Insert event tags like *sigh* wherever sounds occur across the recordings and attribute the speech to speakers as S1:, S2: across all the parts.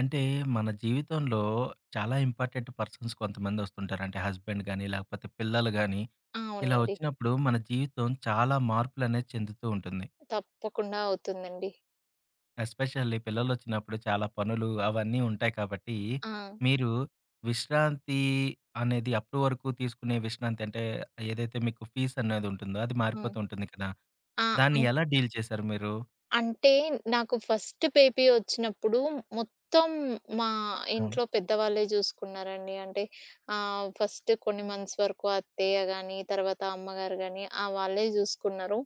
S1: అంటే మన జీవితంలో చాలా ఇంపార్టెంట్ పర్సన్స్ కొంతమంది వస్తుంటారు. అంటే హస్బెండ్ గాని, లేకపోతే పిల్లలు గాని, ఇలా
S2: అవునండి.
S1: వచ్చినప్పుడు మన జీవితం చాలా మార్పులనేది చెందుతూ ఉంటుంది.
S2: తప్పకుండా అవుతుందండి.
S1: ఎస్పెషల్లీ పిల్లలొచ్చినప్పుడు చాలా పనులు అవన్నీ ఉంటాయి కాబట్టి,
S2: ఆ!
S1: మీరు విశ్రాంతి అనేది అప్పటి వరకు తీసుకునే విశ్రాంతి అంటే ఏదైతే మీకు ఫీస్ అనేది ఉంటుందో అది
S2: హ్మ్.
S1: మారిపోతూ ఉంటుంది కదా!
S2: ఆ!
S1: దాన్ని
S2: అన్
S1: ఎలా డీల్ చేశారు మీరు?
S2: అంటే నాకు ఫస్ట్ బేబీ ఒచ్చినప్పుడు మొత్తం మా
S1: ఆ!
S2: ఇంట్లో పెద్దవాళ్ళే జూసుకున్నారండి. అంటే ఫస్ట్ కొన్ని మంత్స్ వరకు అత్తయ్య గాని, తర్వాత అమ్మగారు గాని వాళ్ళే జూసుకున్నారు.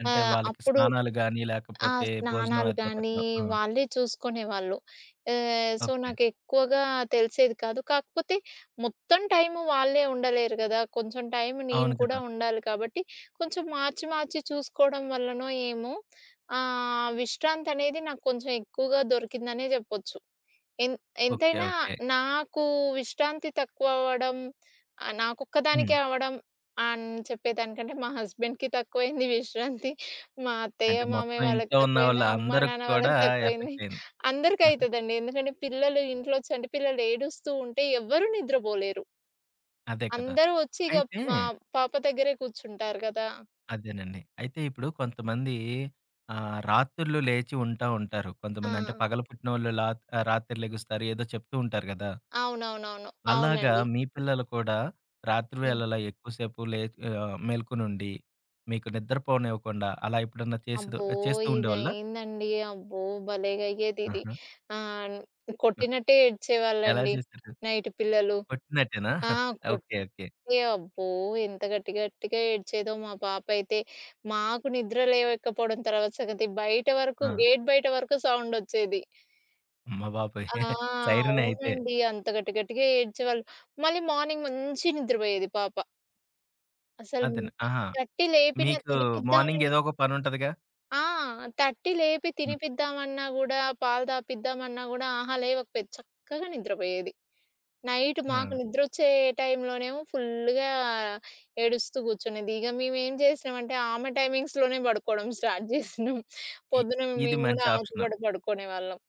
S1: అంటే వాళ్ళకి
S2: అప్పుడు
S1: స్నానాలు గాని,
S2: ఆ!
S1: లేకపోతే భోజనం
S2: స్నానాలు
S1: ఏదైనా
S2: గానీ,
S1: పెట్టడం. ఆ!
S2: వాళ్ళే చూసుకునేవాళ్ళు. So,
S1: okay.
S2: నాకెక్కువగా తెలిసేది కాదు. కాకపోతే మొత్తం టైము వాళ్ళే ఉండలేరు గదా! కొంచెం టైం నేను
S1: అవును
S2: కూడా
S1: కదా!
S2: ఉండాలి కాబట్టి, కొంచెం మార్చి, మార్చి చూసుకోవడం వల్లనో ఏమో విశ్రాంతనేది నాకు కొంచెం ఎక్కువగా దొరికిందనే జెప్పొచ్చు. ఎన్
S1: ఓకే.
S2: ఎంతైనా
S1: ఓకే.
S2: నాకు విశ్రాంతి తక్కువవ్వడం,
S1: హ్మ్.
S2: నాకొక్కదానికే అవ్వడం అని చెప్పేదానికంటే, మా హస్బెండ్‌కి తక్కువైంది విశ్రాంతి. మా అత్తయ్య,
S1: అంటే మొత్తం
S2: మామయ్య వాళ్ళకి
S1: ఇంట్లో ఉన్న
S2: తక్కువైంది. అమ్మ,
S1: వాళ్ళందరికి
S2: నాన్న
S1: కూడా
S2: వాళ్ళకి తక్కువైంది.
S1: ఎఫెక్ట్ అయింది.
S2: అందరికయితదండి. ఎందుకంటే, పిల్లలు ఇంట్లో చంటి పిల్లలు ఏడుస్తూ ఉంటే ఎవ్వరూ నిద్రబోలేరు.
S1: అదే కదా!
S2: అందరూ వచ్చి ఇగ
S1: అయితే
S2: పాప దగ్గరే కూర్చుంటారు గదా!
S1: అదేనండి. అయితే ఇప్పుడు కొంతమంది రాత్రుళ్ళు లేచి ఉంటా ఉంటారు.
S2: ఆ!
S1: కొంతమంది అంటే పగలు పుట్టినోళ్ళు లా రాత్రి లెగుస్తారు ఏదో చెప్తూ ఉంటారు కదా!
S2: అవునవునవును.
S1: అలాగా
S2: అవునండి.
S1: మీ పిల్లలు కూడా రాత్రి
S2: హ్మ్.
S1: వేళలా ఎక్కువసేపు మేల్కొనుండి మీకు నిద్రపోనివ్వకుండా అలా ఎప్పుడన్నా చేసేదో
S2: అబ్బో!
S1: చేస్తూ ఉండేవాళ్ళా?
S2: ఇదయిందండి. అబ్బో! భలేగా అయ్యేదిది.
S1: ఆహా!
S2: ఆహ్, కొట్టినట్టే
S1: ఎలా
S2: ఏడ్చేవాళ్ళండి
S1: చేశారు?
S2: నైట్ పిల్లలు.
S1: కొట్టినట్టేనా?
S2: ఆ!
S1: ఓకే. ఓకే.
S2: కొట్టినట్టే అబ్బో! ఎంత గట్టి గట్టిగా ఏడ్చేదో మా పాపైతే. మాకు నిద్ర లేవకపోవడం తర్వాత సంగతి. బయట వరకు
S1: ఆ!
S2: బయట వరకు సౌండొచ్చేది.
S1: అమ్మ బాబోయ్!
S2: ఆ!
S1: సైరనే అయితే.
S2: అవునండి. అంత గట్టి గట్టిగా ఏడ్చేవాళ్ళు. మళ్ళీ మార్నింగ్ మంచి నిద్రపోయేది పాప. అసలు
S1: అదేను. ఆహా!
S2: తట్టి లేపిన
S1: మీకు మార్నింగ్
S2: తినిపిద్దామని
S1: ఏదో ఒక పనుంటదిగా?
S2: ఆ! తట్టి లేపి
S1: హ్మ్.
S2: తినిపిద్దామన్నా గూడా, పాలు తాపిద్దామన్నా గూడా ఆహా! లేవకపోయేది. చక్కగా నిద్రపోయేది. నైట్
S1: ఆ!
S2: మాకు నిద్రొచ్చే టైంలోనేమో ఫుల్లుగా ఏడుస్తూ కూర్చునేది. ఇగ మేమేం చేసినామంటే ఆమె టైమింగ్స్‌లోనే పడుకోవడం స్టార్ట్ చేసినాం.
S1: ఇ
S2: పొద్దున
S1: ఇది
S2: మేము గూడా
S1: మంచి
S2: ఆమెతో
S1: ఆప్షను.
S2: పాటు పడుకునేవాళ్ళం.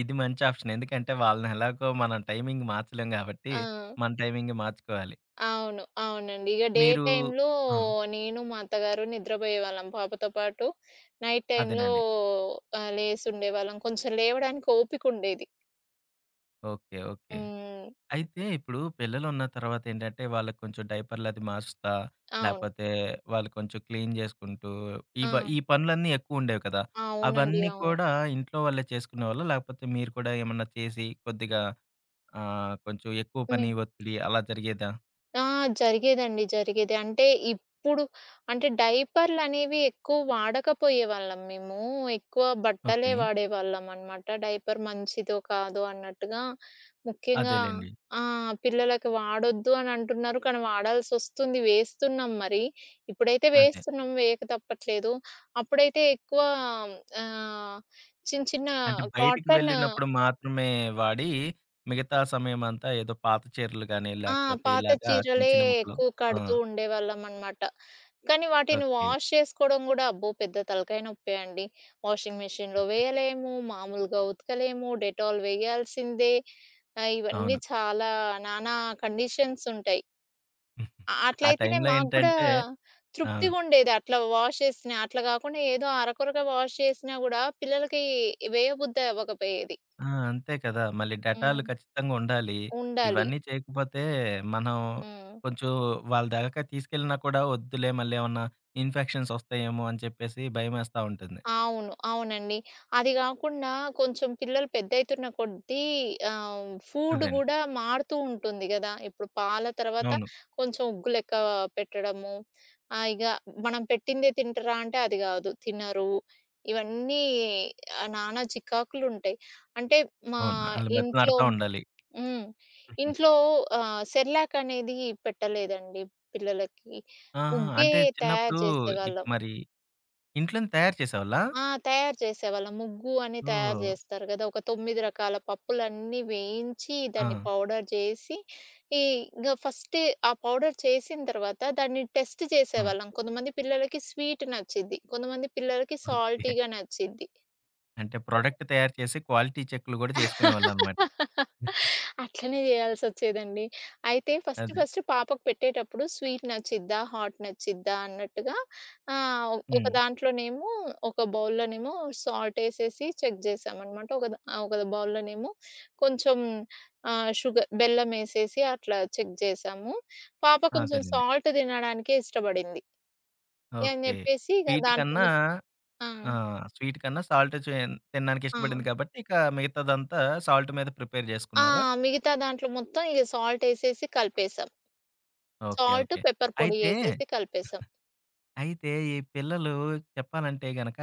S1: ఇది మంచి ఆప్షన్. ఎందుకంటే వాళ్ళని ఎలాగో మనం టైమింగ్ మార్చలేం గాబట్టి,
S2: ఆ!
S1: మన టైమింగ్ మార్చుకోవాలి.
S2: అవును. అవునండి. ఇగ డే
S1: మీరు
S2: టైమ్‌లో
S1: ఆ!
S2: నేను, మా అత్తగారు నిద్రపోయేవాళ్ళం పాపతో పాటు. నైట్ టైమ్‌లో
S1: అదేనండి.
S2: లేసుండేవాళ్ళం. కొంచెం లేవడానికి ఓపికుండేది.
S1: ఓకే. ఓకే.
S2: హ్మ్.
S1: అయితే ఇప్పుడు పిల్లలున్న తర్వాత ఏంటంటే, వాళ్ళకి కొంచెం డైపర్‌లది మారుస్తా,
S2: అవును.
S1: లేపోతే వాళ్ళు కొంచెం క్లీన్ జేసుకుంటూ,
S2: ఆ!
S1: ఈ పనులన్నీ ఎక్కువుండేవి కదా!
S2: అవునండి.
S1: అవన్నీ
S2: అవును.
S1: కూడా ఇంట్లో వాళ్ళే చేసుకునేవాళ్ళా? లేకపోతే మీరు కూడా ఏమన్నా చేసి కొద్దిగా కొంచెం ఎక్కువ
S2: మే
S1: పని ఒత్తిడి అలా జరిగేదా?
S2: ఆ! జరిగేదండి. జరిగేది. అంటే ఇప్పుడు అంటే డైపర్‌లనేవి ఎక్కువ వాడకపోయేవాళ్ళం మేము. ఎక్కువ బట్టలే
S1: ఓకే.
S2: వాడేవాళ్ళమనమాట. డైపర్ మంచిదో కాదో అన్నట్టుగా. ముఖ్యంగా
S1: అదేలెండి.
S2: ఆ! పిల్లలకి వాడొద్దు అని అంటున్నారు. కానీ వాడాల్సొస్తుంది. వేస్తున్నాం మరి. ఇప్పుడైతే
S1: అదే.
S2: వేస్తున్నాం. వేయక తప్పట్లేదు. అప్పుడైతే ఎక్కువ ఆహ్, చిన్న చిన్న
S1: అంటే బయటికి
S2: కాటన్
S1: వెళ్ళినప్పుడు మాత్రమే వాడి, మిగతా సమయమంతా ఏదో పాత చీరలు గాని,
S2: ఆ!
S1: లేకపోతే
S2: పాత
S1: ఇలాగా చిన్న
S2: చీరలే
S1: చిన్న ముక్కలు.
S2: ఎక్కువ
S1: ఆ!
S2: కడుతూ ఉండేవాళ్ళమనమాట. కానీ వాటిని
S1: ఓకే.
S2: వాష్ చేసుకోవడం గూడా అబ్బో! పెద్ద తలకాయ నొప్పే అండి. వాషింగ్ మెషిన్‌లో వేయలేము, మామూలుగా ఉతకలేము, డెటాల్ వేయాల్సిందే. ఇవన్నీ
S1: అవును.
S2: చాలా నానా కండిషన్స్ ఉంటాయి.
S1: ఆ
S2: అట్లయితేనే
S1: టైంలో
S2: మాకు గూడా
S1: ఏంటంటే ఆ!
S2: తృప్తిగుండేది. అట్లా వాష్ చేసినా, అట్లా గాకుండా ఏదో అరకొరగా వాష్ చేసినా గూడా పిల్లలకి వేయబుద్ధి అవ్వకపోయేది.
S1: ఆ! అంతే కదా! మళ్ళీ డెటాలు
S2: హ్మ్.
S1: ఖచ్చితంగా ఉండాలి.
S2: ఉండాలి.
S1: ఇవన్నీ చేయకపోతే మనం
S2: హ్మ్.
S1: కొంచెం వాళ్ళ దాకా తీసుకెళ్ళినా కూడా వద్దులే మళ్ళీ ఏమన్నా ఇన్ఫెక్షన్స్ వస్తాయేమో అని చెప్పేసి భయమేస్తా ఉంటుంది.
S2: అవును. అవునండి. అది గాకుండా కొంచెం పిల్లలు పెద్దయితున్న కొద్దీ ఫుడ్
S1: అదండి.
S2: గూడా మారుతూ ఉంటుంది గదా! ఇప్పుడు పాల తర్వాత
S1: అవును.
S2: కొంచెం ఉగ్గు లెక్క పెట్టడము. ఇగ మనం పెట్టిందే తింటరా అంటే అది గాదు. తినరు. ఇవన్నీ నానా చికాకులుంటాయి. అంటే మా
S1: అవును. ఆళ్ళు
S2: ఇంట్లో
S1: బతిమలాడుతా ఉండాలి.
S2: హ్మ్.
S1: హుహు.
S2: ఇంట్లో సెర్లాక్ అనేది పెట్టలేదండి పిల్లలకి.
S1: ఆహా!
S2: ఉగ్గే
S1: అంటే
S2: తయారు
S1: చిన్నప్పుడు ఇక
S2: చేసేవాళ్ళం.
S1: మరి ఇంట్లోనే తయారు చేసేవాళ్ళా?
S2: ఆ! తయారు చేసేవాళ్ళం. ముగ్గు అని తయారు
S1: ఓహ్!
S2: జేస్తారు గదా! ఒక 9 రకాల పప్పులన్నీ వేయించి,
S1: ఆ!
S2: దాన్ని పౌడర్ జేసి, ఈ ఇంగ ఫస్ట్ ఆ పౌడర్ చేసిన తర్వాత దాన్ని టెస్ట్
S1: ఆ!
S2: చేసేవాళ్ళం. కొంతమంది పిల్లలకి స్వీట్ నచ్చిద్ది. కొంతమంది పిల్లలకి
S1: ఓకే.
S2: సాల్టీగా నచ్చిద్ది.
S1: అంటే ప్రొడక్ట్ తయారు చేసి క్వాలిటీ చెక్‌లు కూడా చేసుకునేవాళ్ళన్నమాట.
S2: *laughs* అట్లనే జేయాల్సొచ్చేదండి. అయితే ఫస్ట్
S1: అదే.
S2: ఫస్ట్ పాపకు పెట్టేటప్పుడు స్వీట్ నచ్చిద్దా? హాట్ నచ్చిద్దా? అన్నట్టుగా ఒక
S1: హ్మ్.
S2: దాంట్లోనేమో ఒక బౌల్‌లోనేమో సాల్టేసేసి చెక్ జేసామనమాట. ఒక బౌల్‌లోనేమో కొంచెం షుగర్ బెల్లమేసేసి అట్లా చెక్ జేసాము. పాప కొంచెం
S1: అదేలెండి.
S2: సాల్ట్ తినడానికే ఇష్టపడింది. అని
S1: ఓకే.
S2: జెప్పేసి ఇగ
S1: స్వీట్
S2: దాంట్లో
S1: కన్నా
S2: మొ ఆ!
S1: ఆ! స్వీట్ కన్నా సాల్ట్ చే తినడానికి
S2: ఆ!
S1: ఇష్టపడింది కాబట్టి, ఇక మిగతాదంతా సాల్ట్ మీద ప్రిపేర్
S2: ఆ!
S1: చేసుకున్నారా?
S2: మిగతా దాంట్లో మొత్తం ఇగ సాల్టేసేసి కలిపేసాం.
S1: ఓకే.
S2: Salt,
S1: okay.
S2: పెప్పర్ పొడి
S1: అయితే,
S2: యేసేసి కలిపేసాం.
S1: అయితే ఈ పిల్లలు చెప్పాలంటే గనక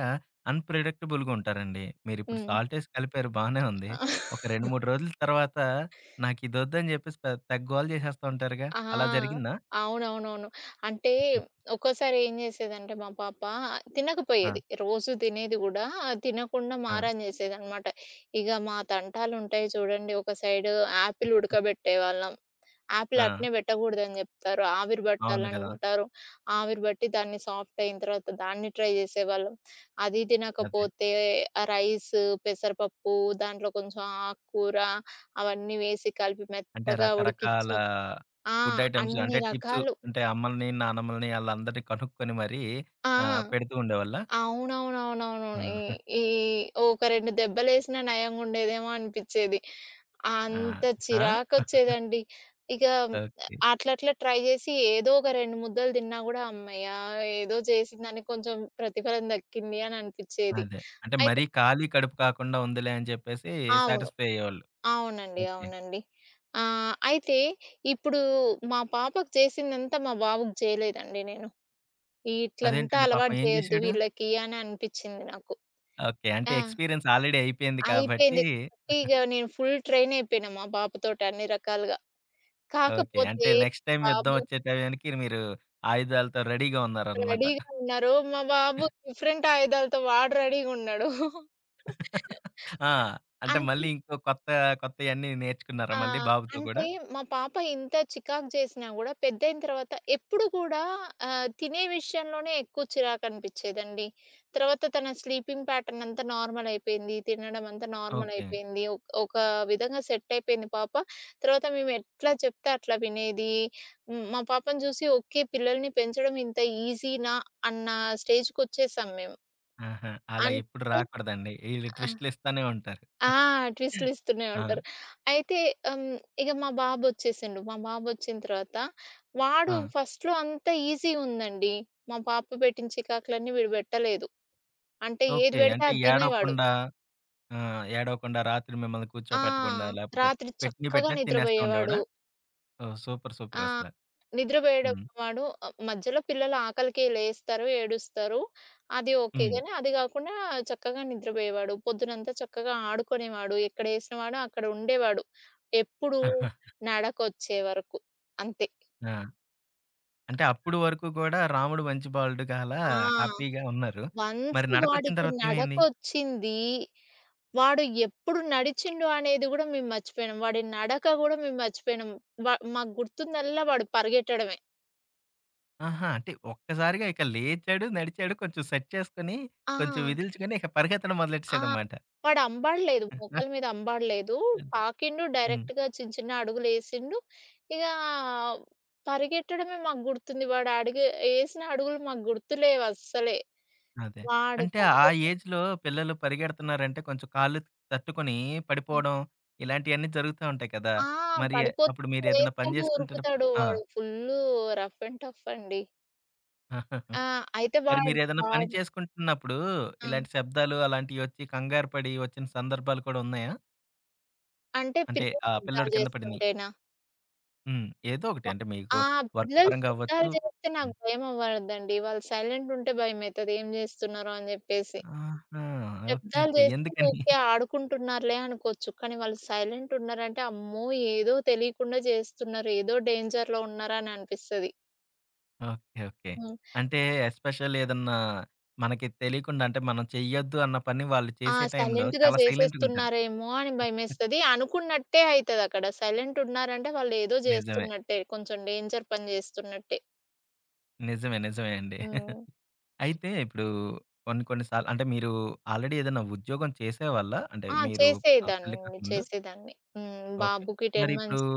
S1: అన్‌ప్రెడిక్టబుల్‌గా ఉంటారండి. మీరిప్పుడు
S2: హ్మ్.
S1: సాల్ట్ ఏసి కలిపారు బానే ఉంది. ఒక 2, 3 రోజుల తర్వాత నాకిదొద్దని చెప్పేసి తెగ గోల చేసేస్తా ఉంటారుగా!
S2: ఆ!
S1: అలా జరిగిందా?
S2: అవునవునవును. అంటే
S1: హ్మ్.
S2: ఒక్కోసారి ఏం జేసేదంటే మా పాప
S1: ఆ!
S2: తినకపోయేది. రోజు తినేది గూడా తినకుండా
S1: ఆ!
S2: మారం జేసేదనమాట. ఇగ మా తంటాలుంటాయి చూడండి. ఒక సైడు యాపిల్ ఉడకబెట్టేవాళ్ళం. యాపిల్
S1: ఆ!
S2: అట్నే బెట్టగూడదని జెప్తారు. ఆవిరి
S1: అవును కదా!
S2: బట్టాలంటారు. ఆవిరి బట్టి దాన్ని సాఫ్ట్ అయిన తర్వాత దాన్ని ట్రై జేసేవాళ్ళం. అది
S1: అదే.
S2: తినకపోతే ఆ రైస్, పెసరపప్పు దాంట్లో కొంచెం ఆకుకూర అవన్నీ వేసి కలిపి
S1: అంటే
S2: మెత్తగా
S1: రకరకాల
S2: ఉడికిచ్చి ఆ!
S1: ఫుడ్ ఐటెమ్స్
S2: అన్ని
S1: అంటే టిప్స్
S2: రకాలు.
S1: అంటే అమ్మల్ని, నానమ్మల్ని ఆళ్ళందరిని కనుక్కొని మరీ
S2: ఆ!
S1: పెడుతూ ఉండేవాళ్ళా?
S2: అవునవునవునవునవును. ఈ
S1: ఆ!
S2: ఈ ఒక 2 దెబ్బలేసినా నయంగుండేదేమో అనిపిచ్చేది.
S1: ఆ!
S2: అంత
S1: ఆ!
S2: చిరాకొచ్చేదండి. ఇక
S1: ఓకే.
S2: అట్లట్లా ట్రై జేసి ఏదో ఒక 2 ముద్దలు తిన్నా గూడా హమ్మయ్య! ఏదో చేసిందానికి కొంచెం ప్రతిఫలం దక్కింది అని అనిపిచ్చేది.
S1: అదే. అంటే
S2: అయితే
S1: మరీ ఖాళీ కడుపు కాకుండా ఉందిలే అని చెప్పేసి
S2: అవును.
S1: సాటిస్ఫై అయ్యేవాళ్ళు.
S2: అవునండి.
S1: ఓకే.
S2: అవునండి. అయితే ఇప్పుడు మా పాపకు చేసిందంతా మా బాబుకి చేయలేదండి నేను. ఇట్లంతా
S1: అదేంటండి పాపం
S2: అలవాటు
S1: ఏం
S2: జేయొద్దు
S1: జేశాడు?
S2: వీళ్ళకి అని అనిపిచ్చింది నాకు.
S1: ఓకే. అంటే
S2: ఆ!
S1: ఎక్స్‌పీరియన్స్ ఆల్రెడీ అయిపోయింది కాబట్టి
S2: అయిపోయింది. కాబట్టి ఇగ నేను ఫుల్ ట్రైన్ అయిపోయినా మా బాబుతోటి అన్ని రకాలుగా.
S1: ఓకే. అంటే
S2: కాకపోతే
S1: నెక్స్ట్ టైమ్ యుద్ధం
S2: బాబు
S1: వచ్చే టయానికి మీరు ఆయుధాలతో రెడీగా ఉన్నారనమాట.
S2: రెడీగా ఉన్నారు. మా బాబు డిఫరెంట్ ఆయుధాలతో వాడు రెడీగున్నాడు.
S1: *laughs*
S2: *laughs*
S1: ఆ! అంటే మళ్ళీ
S2: అంటే
S1: ఇంకో కొత్త కొత్తయన్నీ నేర్చుకున్నారా
S2: ఆ!
S1: మళ్ళీ బాబుతో గూడా?
S2: అంటే మా పాప ఇంత చికాకు చేసినా గూడా పెద్దయిన తర్వాత ఎప్పుడు కూడా తినే విషయంలోనే ఎక్కువ చిరాకనిపిచ్చేదండి. తర్వాత తన స్లీపింగ్ ప్యాటర్న్ అంతా నార్మల్ అయిపోయింది. తినడం అంతా నార్మల్
S1: ఓకే.
S2: అయిపోయింది. ఒక విధంగా సెట్ అయిపోయింది పాప. తర్వాత మేము ఎట్లా చెప్తే అట్లా వినేది. హ్మ్. మా పాపను చూసి ఓకే. పిల్లల్ని పెంచడం ఇంత ఈజీనా అన్న స్టేజ్‌కొచ్చేసాం మేము.
S1: ఆహా! అలా ఎప్పుడు
S2: అంటే
S1: రాకూడదండి. ఈళ్ళు
S2: ఆ!
S1: ట్విస్ట్‌లిస్తానే ఉంటారు.
S2: ఆ! ట్విస్టులు ఇస్తూనే
S1: ఆ!
S2: ఉంటారు. అయితే ఇగ మా బాబొచ్చేసిండు. మా బాబొచ్చిన తర్వాత వాడు
S1: ఆ!
S2: ఫస్ట్‌లో అంతా ఈజీగా ఉందండి. మా పాప పెట్టిన చికాకులన్నీ వీడు పెట్టలేదు. అంటే ఏది
S1: ఓకే.
S2: పెడితే
S1: అంటే
S2: అది తినేవాడు.
S1: ఏడవకుండా ఆ! ఏడవకుండా రాత్రి మిమ్మల్ని
S2: ఆ!
S1: కూర్చోపెట్టకుండా లేపోతే
S2: రాత్రి
S1: పెట్టినయి
S2: చక్కగా
S1: పెట్టినట్టు తినేస్తా ఉండేవాడా?
S2: నిద్రపోయేవాడు.
S1: ఓహ్! సూపర్.
S2: ఆ!
S1: సూపర్ అసల.
S2: నిద్రపోయాడు
S1: హ్మ్.
S2: వాడు. మధ్యలో పిల్లలు ఆకలికి లేస్తారు, ఏడుస్తారు. అది ఓకే.
S1: హ్మ్.
S2: గానీ అది గాకుండా చక్కగా నిద్రపోయేవాడు. పొద్దునంతా చక్కగా ఆడుకునేవాడు. ఎక్కడేసినవాడో అక్కడ ఉండేవాడు. ఎప్పుడు
S1: *laughs*
S2: నడకొచ్చే వరకు. అంతే.
S1: ఆ! అంటే అప్పుడు వరకు గూడా రాముడు మంచి బాలుడు అలా
S2: ఆ!
S1: హ్యాపీగా ఉన్నారు.
S2: వన్స్
S1: మరి నడకొచ్చిన
S2: వాడికి
S1: తర్వాత ఏమైంది?
S2: నడకొచ్చింది. వాడు ఎప్పుడు నడిచిండు అనేది గూడా మేము మర్చిపోయినాం. వాడి నడక గూడా మేము మర్చిపోయినాం. వ మాకు గుర్తుందల్లా వాడు పరిగెట్టడమే.
S1: ఆహా! అంటే ఒక్కసారిగా ఇక లేచాడు, నడిచాడు కొంచెం సెట్ చేసుకొని,
S2: ఆ!
S1: కొంచెం విదిల్చుకొని ఇక పరిగెత్తడం
S2: ఆ!
S1: మొదలెట్టేసాడన్నమాట.
S2: వాడు అంబాడలేదు. మోకాళ్ళ
S1: *laughs*
S2: మీద అంబాడలేదు.
S1: అంతే.
S2: పాకిండు
S1: హ్మ్.
S2: డైరెక్ట్‌గా చిన్న చిన్న అడుగులేసిండు. ఇక పరిగెట్టడమే మాకు గుర్తుంది. వాడు అడుగు ఏసిన అడుగులు మాకు గుర్తులేవు అస్సలే.
S1: అదే.
S2: వాడు
S1: అంటే ఆ
S2: పరిగెత్తడం
S1: ఏజ్‌లో పిల్లలు పరిగెడుతున్నారంటే కొంచెం కాళ్ళు తట్టుకొని పడిపోవడం ఇలాంటియన్నీ జరుగుతా ఉంటాయి కదా!
S2: ఆ!
S1: మరి అప్పుడు
S2: పడిపోతూ
S1: మీరేదైనా పని
S2: లేస్తాడు,
S1: చేసుకుంటేటప్పుడు
S2: ఉరుకుతాడు.
S1: ఆ!
S2: వాడు ఫుల్లు రఫ్ అండ్ టఫ్ అండి.
S1: *laughs*
S2: ఆ! అయితే
S1: మరి
S2: వాడు
S1: మీరేదైనా పని
S2: వాడు
S1: చేసుకుంటున్నప్పుడు
S2: ఆ!
S1: ఇలాంటి శబ్దాలు అలాంటియొచ్చి కంగారు పడి వచ్చిన సందర్భాలు కూడా ఉన్నాయా?
S2: అంటే
S1: అంటే
S2: పిల్లలు
S1: ఆ పిల్లోడు
S2: యుద్ధాలు
S1: కింద పడినయి.
S2: చేస్తుంటేనా?
S1: హ్మ్. ఏదో ఒకటి
S2: వ
S1: అంటే మీకు
S2: ఆ!
S1: వర్క్
S2: పిల్లలు
S1: పరంగా అవ్వచ్చు.
S2: శబ్దాలు చేస్తే
S1: హ్మ్.
S2: నాకు భయమవ్వదండి. వాళ్ళు సైలెంటుంటే భయమైతది. ఏం జేస్తున్నారో అని జెప్పేసి.
S1: ఆహా! ఓకే.
S2: శబ్దాలు
S1: ఓకే.
S2: చేస్తే
S1: ఎందుకని?
S2: ఓకే. ఆడుకుంటున్నారులే అనుకోవచ్చు. కానీ వాళ్ళు సైలెంటున్నారంటే, అమ్మో! ఏదో తెలియకుండా చేస్తున్నారు. ఏదో డేంజర్‌లో ఉన్నారని అనిపిస్తది.
S1: ఓకే. ఓకే.
S2: హ్మ్.
S1: అంటే ఎస్పెషల్ ఏదన్నా మనకి తెలియకుండా అంటే మనం చెయ్యొద్దు అన్న పని వాళ్ళు
S2: ఆ!
S1: చేసే టైంలో
S2: సైలెంట్‌గా
S1: చాలా సైలెంట్‌గుంటారు.
S2: చేసేస్తున్నారేమో అని భయమేస్తది. అనుకున్నట్టే అయితదక్కడ. సైలెంటున్నారంటే వాళ్ళేదో
S1: నిజమే.
S2: జేస్తున్నట్టే. కొంచెం డేంజర్ పని జేస్తున్నట్టే.
S1: నిజమే. నిజమే అండి.
S2: హ్మ్.
S1: *laughs* అయితే ఇప్పుడు కొన్ని కొన్ని సార్లు అంటే మీరు ఆల్రెడీ ఏదైనా ఉద్యోగం చేసేవాళ్ళా? అంటే
S2: ఆ!
S1: మీరు తల్లి
S2: చేసేదాన్నండి.
S1: కాకముందు?
S2: చేసేదాన్ని. హ్మ్.
S1: ఓకే.
S2: బాబుకి
S1: మరి
S2: 10
S1: ఇప్పుడు
S2: మంత్స్.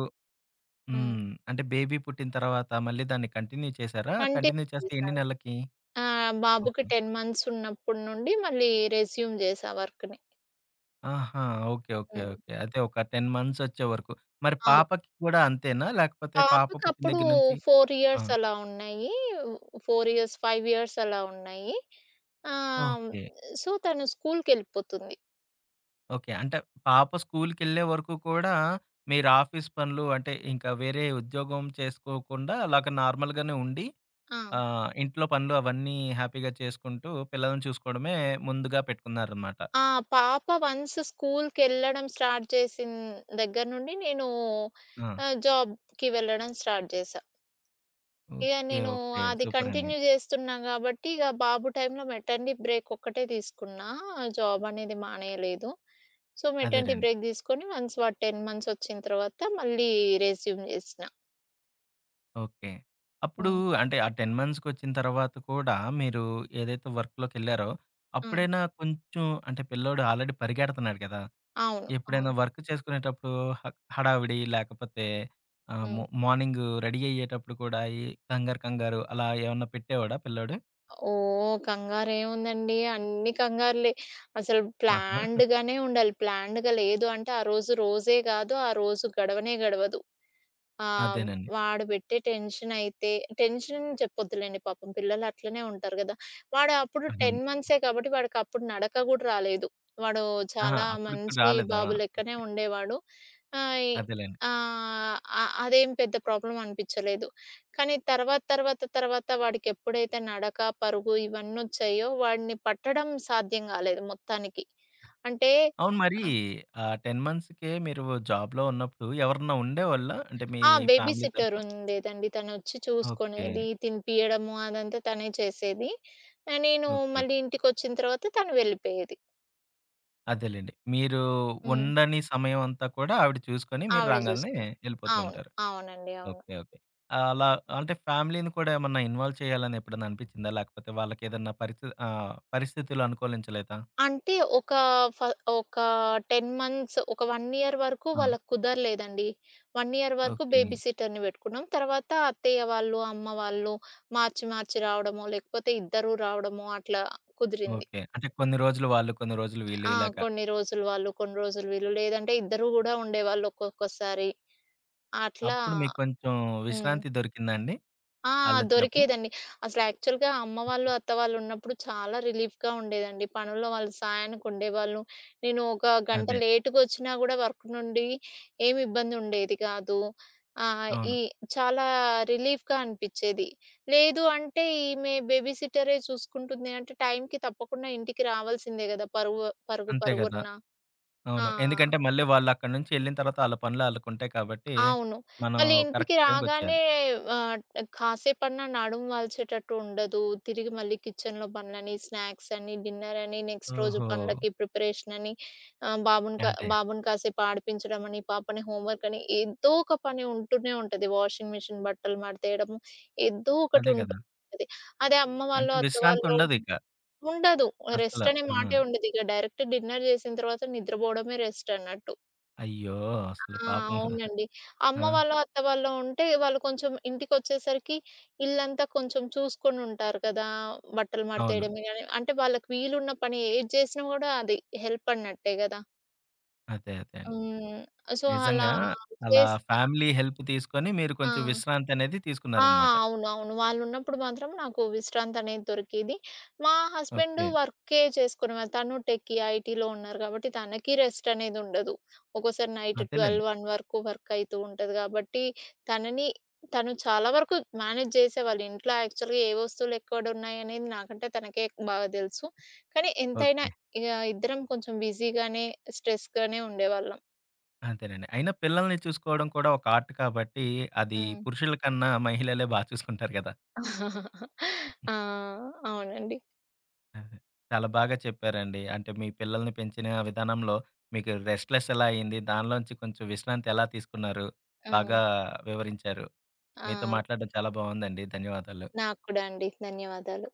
S2: హ్మ్.
S1: హ్మ్. అంటే బేబీ పుట్టిన తర్వాత మళ్ళీ దాన్ని కంటిన్యూ చేసారా? కంటిన్యూ
S2: కంటిన్యూ
S1: చేస్తే ఎన్ని
S2: చేశాను.
S1: నెలలకి?
S2: బాబుకి
S1: ఓకే.
S2: 10 మంత్స్ ఉన్నప్పటి నుండి మళ్ళీ రెస్యూమ్ చేశా వర్క్‌ని.
S1: ఆహా! ఓకే. ఓకే.
S2: హ్మ్.
S1: ఓకే. అదే ఒక 10 మంత్సొచ్చే వరకు. మరి
S2: అవును.
S1: పాపకి కూడా అంతేనా? లేకపోతే పాప
S2: పాపకి
S1: పుట్టిన
S2: అప్పుడు
S1: దగ్గర నుంచి
S2: 4
S1: ఆ!
S2: ఇయర్స్ అలా ఉన్నాయి. 4 ఇయర్స్, 5 ఇయర్స్ అలా ఉన్నాయి. ఆహ్,
S1: ఓకే.
S2: సో, తను స్కూల్‌కెళ్ళిపోతుంది.
S1: ఓకే. అంటే పాప స్కూలుకెళ్ళే వరకు కూడా మీరు ఆఫీస్ పనులు అంటే ఇంకా వేరే ఉద్యోగం చేసుకోకుండా అలాగ నార్మల్‌గానే ఉండి
S2: ఆ!
S1: ఇంట్లో పనులు అవన్నీ హ్యాపీగా చేసుకుంటూ పిల్లల్ని చూసుకోవడమే ముందుగా పెట్టుకున్నారనమాట.
S2: ఆ! పాప వన్స్ స్కూల్‌కెళ్ళడం స్టార్ట్ చేసిన దగ్గర నుండి నేను
S1: ఆ!
S2: జాబ్‌కి వెళ్ళడం స్టార్ట్ చేశా. ఇగ
S1: ఓకే.
S2: నేను
S1: ఓకే.
S2: అది
S1: సూపరండి.
S2: కంటిన్యూ జేస్తున్నా గాబట్టి, ఇగ బాబు టైంలో మెటర్నిటీ బ్రేక్ ఒక్కటే తీసుకున్నా. జాబ్ అనేది మానేయలేదు. సో, మెటర్నిటీ
S1: అదేనండి.
S2: బ్రేక్ తీసుకొని వన్స్ వాడు 10 మంత్స్ వచ్చిన తర్వాత మళ్ళీ రెస్యూమ్ జేసిన.
S1: ఓకే. అప్పుడు
S2: హ్మ్.
S1: అంటే ఆ 10 మంత్స్‌కొచ్చిన తర్వాత కూడా మీరు ఏదైతే వర్క్‌లోకెళ్లారో,
S2: హ్మ్.
S1: అప్పుడైనా కొంచెం అంటే పిల్లోడు ఆల్రెడీ పరిగెడుతున్నాడు కదా!
S2: అవును. అవును.
S1: ఎప్పుడైనా వర్క్ చేసుకునేటప్పుడు హ హడావిడి లేకపోతే ఆహ్, మో
S2: హ్మ్.
S1: మార్నింగ్ రెడీ అయ్యేటప్పుడు కూడా ఈ కంగారు, కంగారు అలా ఏమన్నా పెట్టేవాడా పిల్లోడు?
S2: ఓహ్! కంగారేముందండి. అన్ని కంగారులే. అసలు
S1: ఆహా!
S2: ప్లాన్డ్‌గానే ఉండాలి. ప్లాన్డ్‌గా లేదు అంటే ఆ రోజు రోజే గాదు. ఆ రోజు గడవనే గడవదు. ఆ!
S1: అదేనండి.
S2: వాడు పెట్టే టెన్షనయితే టెన్షన్ చెప్పొద్దులెండి పాపం పిల్లలు అట్లనే ఉంటారు గదా! వాడు అప్పుడు
S1: అవును.
S2: 10 మంత్సే కాబట్టి వాడికప్పుడు నడక గూడా రాలేదు. వాడు
S1: ఆహా!
S2: చాలా
S1: అప్పటికి కూడా
S2: మంచి
S1: రాలేదా?
S2: బాబు లెక్కనే
S1: ఓకే.
S2: ఉండేవాడు. ఆహ్, ఇ
S1: అదేలెండి.
S2: ఆహ్, అ అదేం పెద్ద ప్రాబ్లమ్ అనిపిచ్చలేదు. కానీ తర్వాత వాడికెప్పుడైతే నడక, పరుగు ఇవన్నొచ్చాయో వాడిని పట్టడం సాధ్యం గాలేదు మొత్తానికి. అంటే
S1: అవును మరి
S2: ఆ!
S1: ఆ 10 మంత్స్‌కే మీరు జాబ్‌లో ఉన్నప్పుడు ఎవరన్నా ఉండేవాళ్ళా? అంటే మీ
S2: ఆ! బేబీ
S1: ఫ్యామిలీ
S2: సిట్టర్
S1: తరపున?
S2: ఉండేదండి. తనొచ్చి
S1: ఓకే.
S2: చూసుకునేది, తినిపియడము అదంతా తనే చేసేది. నేను
S1: ఓకే.
S2: మళ్ళీ
S1: ఓకే.
S2: ఇంటికొచ్చిన తర్వాత తను వెళ్ళిపోయేది.
S1: అదేలెండి. మీరు
S2: హ్మ్.
S1: ఉండని సమయం అంతా కూడా ఆవిడ చూసుకొని మీరు
S2: ఆవిడే
S1: రాంగాల్నే
S2: చూసుకునేది.
S1: ఎళ్ళిపోతూ
S2: అవును.
S1: ఉంటారు.
S2: అవునండి. అవును.
S1: ఓకే. ఓకే. ఆ, అలా అంటే ఫ్యామిలీని కూడా ఏమన్నా ఇన్వాల్వ్ చేయాలని ఎప్పుడన్నా అనిపించిందా? లేకపోతే వాళ్ళకేదన్నా పరిస్థితులు అనుకూలించలేదా?
S2: అంటే ఫ ఒక 10 మంత్స్, ఒక 1 ఇయర్ వరకు
S1: ఆ!
S2: వాళ్ళకి కుదరలేదండి. 1 ఇయర్ వరకు
S1: ఓకే.
S2: బేబీ సిట్టర్‌ని పెట్టుకున్నాం. తర్వాత అత్తయ్య వాళ్ళు, అమ్మ వాళ్ళు మార్చి మార్చి రావడమో, లేకపోతే ఇద్దరు రావడమో అట్లా కుదిరింది.
S1: ఓకే. అంటే కొన్ని రోజులు వాళ్ళు, కొన్ని రోజులు వీళ్ళు
S2: ఆ!
S1: ఇలాగా.
S2: కొన్ని రోజులు వాళ్ళు, కొన్ని రోజులు వీళ్ళు. లేదంటే ఇద్దరు గూడా ఉండేవాళ్ళు ఒక్కొక్కసారి. అట్లా
S1: అప్పుడు మీకు కొంచెం
S2: హ్మ్.
S1: విశ్రాంతి దొరికిందా అండి?
S2: ఆ!
S1: ఆళ్ళొచ్చినప్పుడు?
S2: దొరికేదండి. అసలు యాక్చువల్‌గా అమ్మ వాళ్ళు, అత్త వాళ్ళు ఉన్నప్పుడు చాలా రిలీఫ్‌గా ఉండేదండి. పనుల్లో వాళ్ళు సాయానికి ఉండేవాళ్ళు. నేను ఒక గంట
S1: అదే.
S2: లేట్‌గొచ్చినా గూడా వర్క్ నుండి ఏమి ఇబ్బంది ఉండేది కాదు. ఆహ్,
S1: అవును.
S2: ఈ చాలా రిలీఫ్‌గా అనిపిచ్చేది. లేదు అంటే ఈమె బేబీ సిట్టరే చూసుకుంటుంది అంటే టైంకి తప్పకుండా ఇంటికి రావాల్సిందే గదా! పరుగు
S1: అంతే గదా!
S2: పరుగున. ఆ!
S1: అవును. ఎందుకంటే మళ్ళీ వాళ్ళక్కడి నుంచి ఎళ్ళిన తర్వాత ఆళ్ళ పనులు ఆళ్ళకుంటాయి కాబట్టి,
S2: అవును.
S1: మనం
S2: మళ్ళీ ఇంటికి
S1: కరెక్ట్
S2: రాగానే
S1: టైమ్‌కొచ్చేయాలి.
S2: ఆహ్, కాసేపన్నా నడుము వాల్చేటట్టు ఉండదు. తిరిగి మళ్ళీ కిచెన్‌లో పనులని, స్నాక్స్ అని, డిన్నర్ అని, నెక్స్ట్ రోజు
S1: ఓహో!
S2: పనులకి ప్రిపరేషన్ అని, ఆహ్, బాబుని కా
S1: అదే.
S2: బాబుని కాసేపు ఆడిపించడం అని, పాపని హోంవర్క్ అని ఏదో ఒక పని ఉంటూనే ఉంటది. వాషింగ్ మెషిన్ బట్టలు మడతేయడము ఏదో ఒకటి
S1: అదే
S2: ఉంటూ
S1: గదా!
S2: ఉంటది. అదే అమ్మ వాళ్ళు,
S1: అంటే
S2: అత్త వాళ్ళు
S1: విశ్రాంతుండదిక
S2: ఉండదు.
S1: అసల.
S2: రెస్ట్ అనే
S1: ఆ!
S2: మాటే ఉండదిక. డైరెక్ట్ డిన్నర్ చేసిన తర్వాత నిద్రపోవడమే రెస్ట్ అన్నట్టు.
S1: అయ్యో!
S2: ఆ!
S1: అసలు పాపం గదా!
S2: అవునండి. అమ్మ
S1: ఆ!
S2: వాళ్ళు, అత్త వాళ్ళు ఉంటే వాళ్ళు కొంచెం ఇంటికొచ్చేసరికి ఇల్లంతా కొంచెం చూసుకొనుంటారు కదా! బట్టలు
S1: అవును.
S2: మడతేయడమే గాని అంటే వాళ్ళకి వీలున్న పని ఏది చేసినా గూడా అది హెల్ప్ అన్నట్టే గదా!
S1: అదే. అదే అండి.
S2: హ్మ్. సో, అలా
S1: నిజంగా అలా
S2: చేస్
S1: ఫ్యామిలీ హెల్ప్ తీసుకొని మీరు
S2: ఆ!
S1: కొంచెం విశ్రాంతనేది
S2: ఆ!
S1: తీసుకున్నారనమాట.
S2: అవును. అవును. వాళ్ళున్నప్పుడు మాత్రం నాకు విశ్రాంతి అనేది దొరికేది. మా హస్బెండ్
S1: ఓకే.
S2: వర్కే చేసుకునేవారు. తను టెక్కీ ఐటీలో ఉన్నారు కాబట్టి తనకి రెస్ట్ అనేది ఉండదు. ఒక్కోసారి నైట్ 12,
S1: అదేలెండి.
S2: 1 వరకు వర్క్ అయితూ ఉంటది కాబట్టి తనని తను చాలా వరకు మేనేజ్ చేసేవాళ్ళు. ఇంట్లో యాక్చువల్‌గా ఏ వస్తువులు ఎక్కడున్నాయనేది నాకంటే తనకే బాగా తెలుసు. కానీ ఎంతైనా
S1: ఓకే.
S2: ఇగ ఇద్దరం కొంచెం బిజీగానే, స్ట్రెస్‌గానే ఉండేవాళ్ళం.
S1: అదేనండి. అయినా పిల్లల్ని చూసుకోవడం కూడా ఒక ఆర్ట్ కాబట్టి అది
S2: హ్మ్.
S1: పురుషుల కన్నా మహిళలే బా చూసుకుంటారు గదా!
S2: *laughs* ఆ! అవునండి.
S1: అదే. చాలా బాగా చెప్పారండి. అంటే మీ పిల్లల్ని పెంచిన విధానంలో మీకు రెస్ట్‌లెస్ ఎలా అయింది? దానిలోంచి కొంచెం విశ్రాంతి ఎలా తీసుకున్నారు?
S2: హ్మ్.
S1: బాగా వివరించారు. మీతో
S2: ఆ!
S1: మాట్లాడడం చాలా బాగుందండి. ధన్యవాదాలు.
S2: నాకు కూడా అండి. ధన్యవాదాలు.